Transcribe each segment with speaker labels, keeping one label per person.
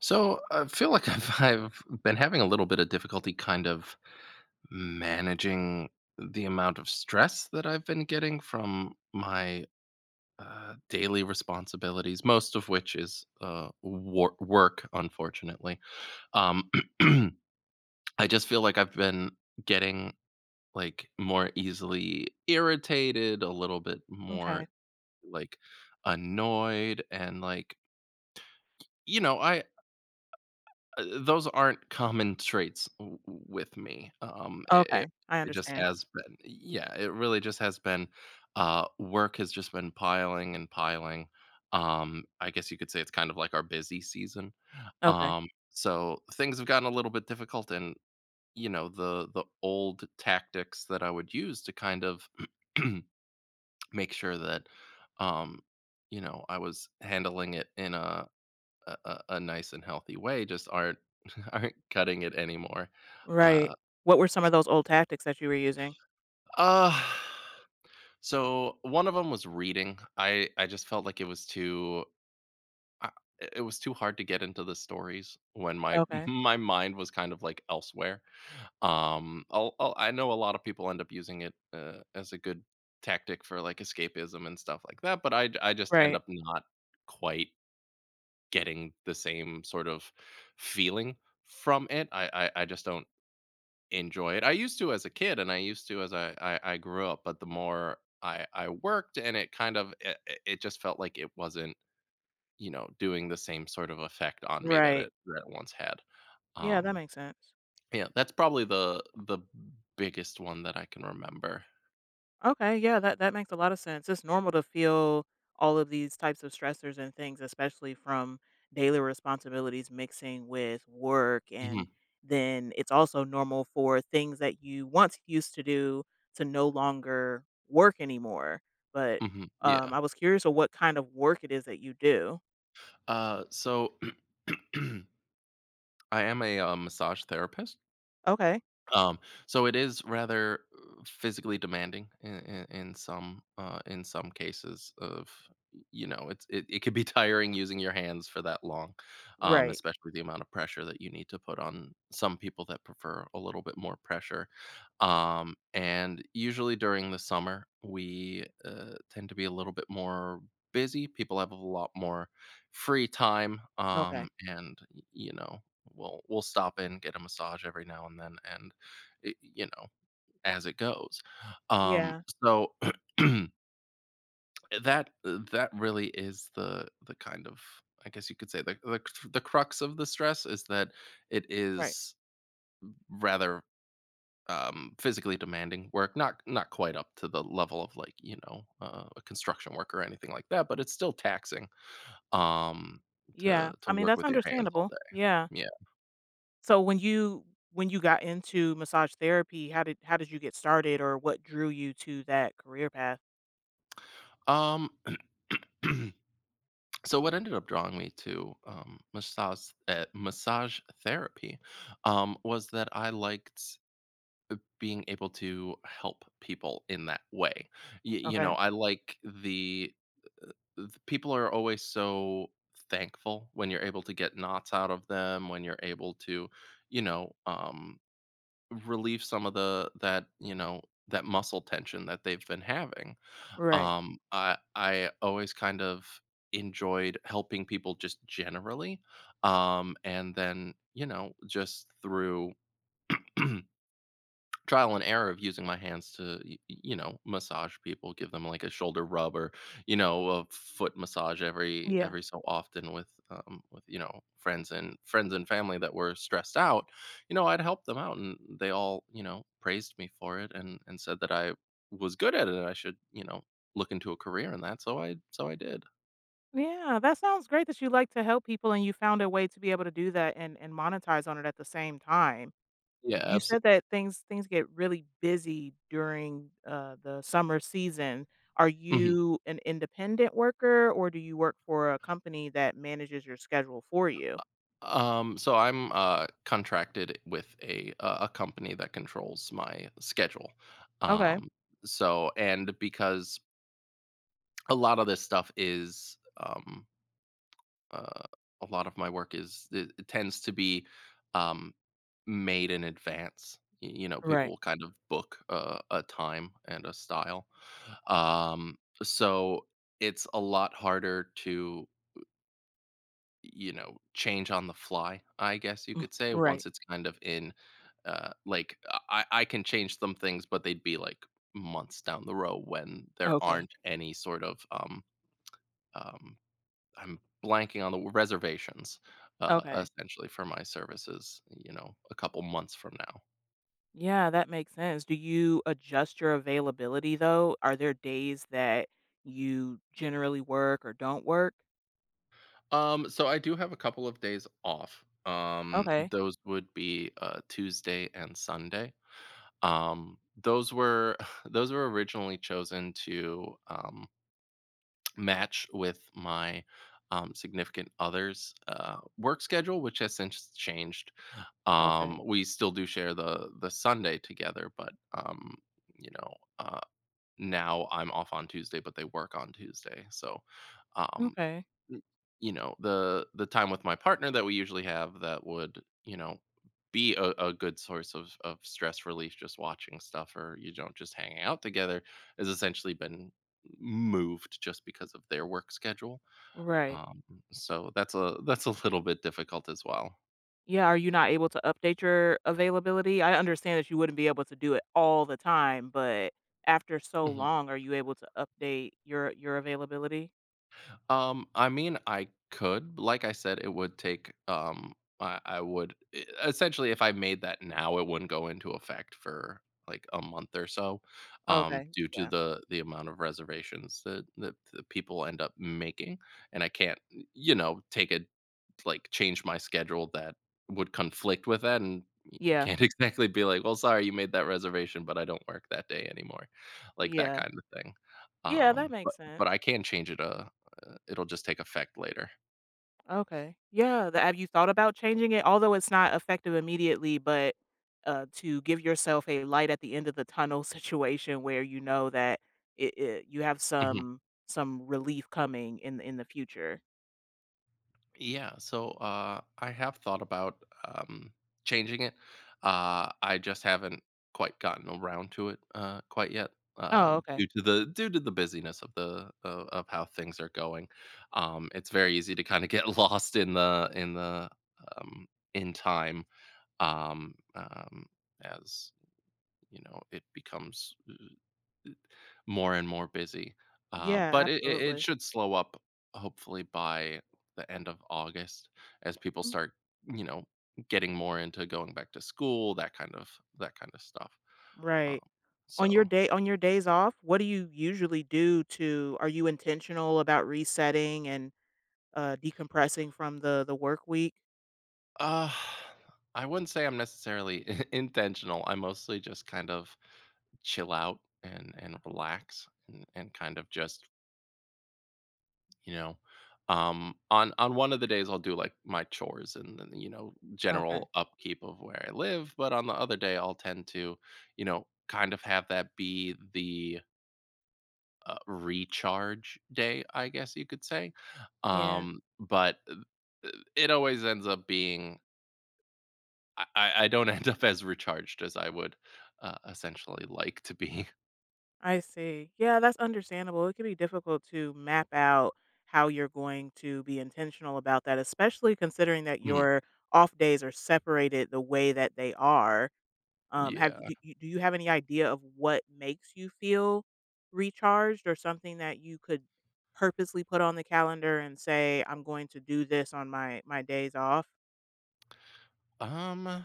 Speaker 1: So I feel like I've been having a little bit of difficulty kind of managing the amount of stress that I've been getting from my daily responsibilities, most of which is work, unfortunately. Um, I just feel like I've been getting like more easily irritated, a little bit
Speaker 2: Okay.
Speaker 1: more like annoyed, and like you know, I those aren't common traits w w with me, I it
Speaker 2: Okay, I
Speaker 1: it really just
Speaker 2: understand.
Speaker 1: has been, yeah, it really just has been. Work has just been piling and piling. I guess you could say it's kind of like our busy season.
Speaker 2: Okay.
Speaker 1: So things have gotten a little bit difficult, and you know, the old tactics that I would use to kind of make sure that, um, you know, I was handling it in a nice and healthy way just aren't aren't cutting it anymore.
Speaker 2: Right.
Speaker 1: Uh,
Speaker 2: What were some of those old tactics that you were using?
Speaker 1: uh so one of them was reading. I just felt like it was uh, it was too hard to get into the stories when my
Speaker 2: Okay.
Speaker 1: my mind was kind of like elsewhere. I know a lot of people end up using it as a good tactic for like escapism and stuff like that, but I just end
Speaker 2: Right.
Speaker 1: up not quite getting the same sort of feeling from it. I just don't enjoy it. I used to as a kid, and I used to as I grew up. But the more I worked, and it just felt like it wasn't you know doing the same sort of effect on me
Speaker 2: Right.
Speaker 1: that it once had.
Speaker 2: Yeah, that
Speaker 1: Um,
Speaker 2: makes sense.
Speaker 1: yeah, that's probably the biggest one that I can remember.
Speaker 2: Okay, yeah, that makes a lot of sense. It's normal to feel all of these types of stressors and things, especially from daily responsibilities mixing with work,
Speaker 1: Hmm.
Speaker 2: and then it's also normal for things that you once used to do to no longer work anymore. But,
Speaker 1: Hmm, yeah.
Speaker 2: I was curious of what kind of work it is that you do.
Speaker 1: So I am a massage therapist.
Speaker 2: Okay.
Speaker 1: Um, so it is rather physically demanding in some cases of, you know, it could be tiring using your hands for that long.
Speaker 2: Right.
Speaker 1: Especially the amount of pressure that you need to put on some people that prefer a little bit more pressure. Um, and usually during the summer we tend to be a little bit more busy people have a lot more free time
Speaker 2: Okay.
Speaker 1: You know, we'll stop in, get a massage every now and then, and you know, as it goes. Um,
Speaker 2: Yeah.
Speaker 1: so that really is the kind of, I guess you could say, the crux of the stress is that it
Speaker 2: Right.
Speaker 1: is rather, physically demanding work. Not quite up to the level of, like, you know, a construction worker or anything like that, but it's still taxing, um,
Speaker 2: Yeah.
Speaker 1: to
Speaker 2: I mean,
Speaker 1: work
Speaker 2: that's
Speaker 1: with your hands all
Speaker 2: understandable.
Speaker 1: day.
Speaker 2: Yeah.
Speaker 1: Yeah.
Speaker 2: So when you got into massage therapy, how did you get started, or what drew you to that career path?
Speaker 1: Um, so what ended up drawing me to, massage therapy, was that I liked, being able to help people in that way. You
Speaker 2: Okay.
Speaker 1: know, I like uh, the people are always so thankful when you're able to get knots out of them, when you're able to, you know, relieve some of the that you know that muscle tension that they've been having.
Speaker 2: Right.
Speaker 1: I always kind of enjoyed helping people just generally. And then, you know, just through trial and error of using my hands to you know, massage people, give them like a shoulder rub or, you know, a foot massage every
Speaker 2: Yeah.
Speaker 1: every so often with, with, you know, friends and family that were stressed out. You know, I'd help them out and they all, you know, praised me for it, and said that I was good at it and I should, you know, look into a career in that. So I so I did.
Speaker 2: Yeah, that sounds great that you like to help people and you found a way to be able to do that, and monetize on it at the same time.
Speaker 1: Yeah,
Speaker 2: You said
Speaker 1: absolutely.
Speaker 2: that things get really busy during, the summer season. Are you an independent worker, or do you work for a company that manages your schedule for you?
Speaker 1: So I'm contracted with a company that controls my schedule.
Speaker 2: Okay.
Speaker 1: Um, so, and because a lot of this stuff is, uh, a lot of my work is, it tends to be, um, made in advance. You know, people
Speaker 2: Right,
Speaker 1: will kind of book, a time and a style. So it's a lot harder to, you know, change on the fly, I guess you could say,
Speaker 2: right.
Speaker 1: once it's kind of in. Like, I can change some things, but they'd be, like, months down the road when there
Speaker 2: Okay,
Speaker 1: aren't any sort of, um, I'm blanking on the reservations, uh,
Speaker 2: okay.
Speaker 1: essentially, for my services, you know, a couple months from now.
Speaker 2: Yeah, that makes sense. Do you adjust your availability, though? Are there days that you generally work or don't work?
Speaker 1: So I do have a couple of days off.
Speaker 2: Okay,
Speaker 1: Those would be, Tuesday and Sunday. Those were those were originally chosen to, match with my, significant other's work schedule, which has since changed.
Speaker 2: okay,
Speaker 1: We still do share the Sunday together, but, you know, uh, now I'm off on Tuesday, but they work on Tuesday. So, um,
Speaker 2: okay.
Speaker 1: n- you know, the time with my partner that we usually have, that would, you know, be a good source of stress relief, just watching stuff or, you know, just hanging out together, has essentially been moved just because of their work schedule.
Speaker 2: Right.
Speaker 1: um so that's a little bit difficult as well.
Speaker 2: Yeah, are you not able to update your availability? I understand that you wouldn't be able to do it all the time, but after so
Speaker 1: Mm-hmm.
Speaker 2: long, are you able to update your availability?
Speaker 1: I mean, I could. Like I said, it would take. I would, essentially, if I made that now, it wouldn't go into effect for like a month or so,
Speaker 2: Okay,
Speaker 1: due to
Speaker 2: yeah.
Speaker 1: the amount of reservations that the people end up making, and I can't, you know, take a like change my schedule that would conflict with that. And you
Speaker 2: Yeah,
Speaker 1: can't exactly be like, well, sorry, you made that reservation, but I don't work that day anymore, like that
Speaker 2: yeah.
Speaker 1: kind of thing.
Speaker 2: Yeah, that
Speaker 1: But
Speaker 2: makes
Speaker 1: but
Speaker 2: sense.
Speaker 1: I can change it, it'll just take effect later.
Speaker 2: Okay. Yeah, tha have you thought about changing it? Although it's not effective immediately, but, to give yourself a light at the end of the tunnel situation where you know that it, you have some relief coming in the future.
Speaker 1: Yeah, so, I have thought about, um, changing it. I just haven't quite gotten around to it, quite yet,
Speaker 2: Oh,
Speaker 1: due
Speaker 2: okay.
Speaker 1: to the busyness of of how things are going. It's very easy to kind of get lost um, in time. um, um, as you know, it becomes more and more busy.
Speaker 2: Yeah,
Speaker 1: But it
Speaker 2: absolutely.
Speaker 1: should slow up, hopefully, by the end of August, as people start, you know, getting more into going back to school, that kind of stuff.
Speaker 2: Right.
Speaker 1: Um,
Speaker 2: On your
Speaker 1: so,
Speaker 2: day on your days off, what do you usually do to Are you intentional about resetting and, decompressing from the work week?
Speaker 1: uh, I wouldn't say I'm necessarily intentional. I mostly just kind of chill out, and relax, and kind of just, you know, on one of the days, I'll do like my chores, and then, you know,
Speaker 2: Okay.
Speaker 1: general upkeep of where I live. But on the other day, I'll tend to, you know, kind of have that be the, recharge day, I guess you could say.
Speaker 2: Yeah,
Speaker 1: But it always ends up being, I don't end up as recharged as I would, essentially, like to be.
Speaker 2: I see. Yeah, that's understandable. It can be difficult to map out how you're going to be intentional about that, especially considering that
Speaker 1: Mm,
Speaker 2: your off days are separated the way that they are. Have you
Speaker 1: yeah.
Speaker 2: do, you do you have any idea of what makes you feel recharged, or something that you could purposely put on the calendar and say I'm going to do this on my days off?
Speaker 1: um i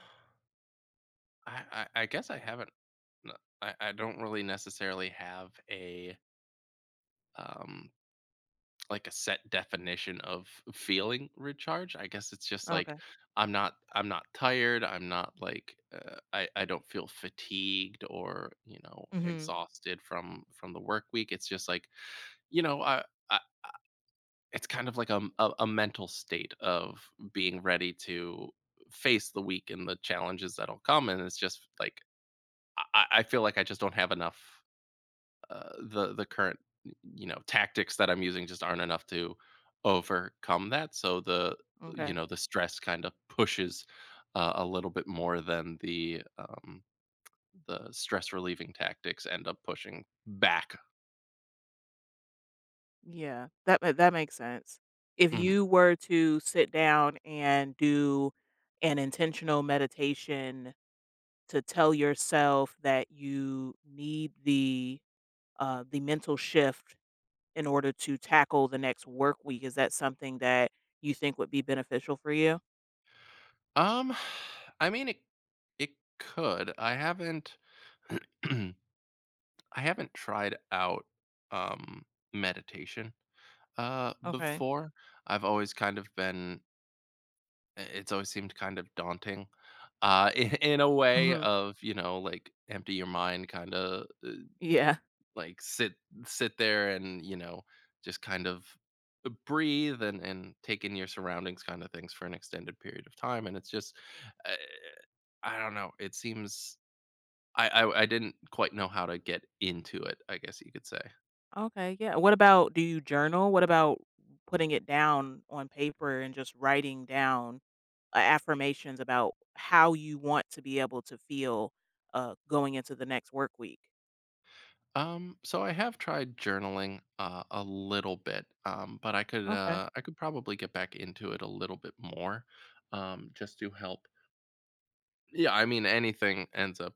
Speaker 1: I guess I haven't, n- I don't really necessarily have a, um like, a set definition of feeling recharged. I guess it's just like,
Speaker 2: Okay.
Speaker 1: I'm not tired, I'm not like, I don't feel fatigued or, you know,
Speaker 2: Mhm.
Speaker 1: exhausted from the work week. It's just like, you know, I it's kind of like a mental state of being ready to face the week and the challenges that'll come. And it's just like, I feel like I just don't have enough, the current, you know, tactics that I'm using just aren't enough to overcome that. So the you
Speaker 2: Okay.
Speaker 1: know the stress kind of pushes, a little bit more than the stress relieving tactics end up pushing back.
Speaker 2: Yeah. That makes sense. If
Speaker 1: Mhm.
Speaker 2: you were to sit down and do an intentional meditation to tell yourself that you need the mental shift in order to tackle the next work week. Is that something that you think would be beneficial for you?
Speaker 1: Um, I mean, it could. I haven't I haven't tried out, um meditation,
Speaker 2: Okay.
Speaker 1: before. I've always kind of been, it's always seemed kind of daunting, in, in a way
Speaker 2: Hmm.
Speaker 1: of, you know, like, empty your mind kind of,
Speaker 2: Yeah.
Speaker 1: like, sit there and, you know, just kind of breathe, and take in your surroundings kind of things, for an extended period of time. And it's just, i, I don't know, it seems, I didn't quite know how to get into it, I guess you could say.
Speaker 2: Okay. Yeah. What about, do you journal? What about putting it down on paper and just writing down affirmations about how you want to be able to feel going into the next work week?
Speaker 1: So I have tried journaling, a little bit, but
Speaker 2: Okay.
Speaker 1: I could probably get back into it a little bit more, just to help. Yeah, I mean anything ends up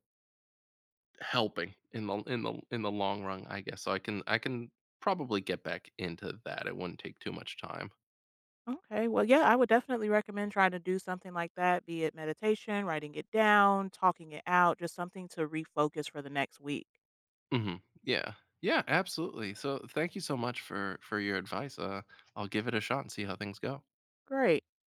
Speaker 1: helping in the in the in the long run, I guess. So I can probably get back into that. It wouldn't take too much time.
Speaker 2: Okay. Well, yeah, I would definitely recommend trying to do something like that, be it meditation, writing it down, talking it out, just something to refocus for the next week.
Speaker 1: Hmm. Yeah, yeah, absolutely. So thank you so much for your advice. I'll give it a shot and see how things go.
Speaker 2: Great.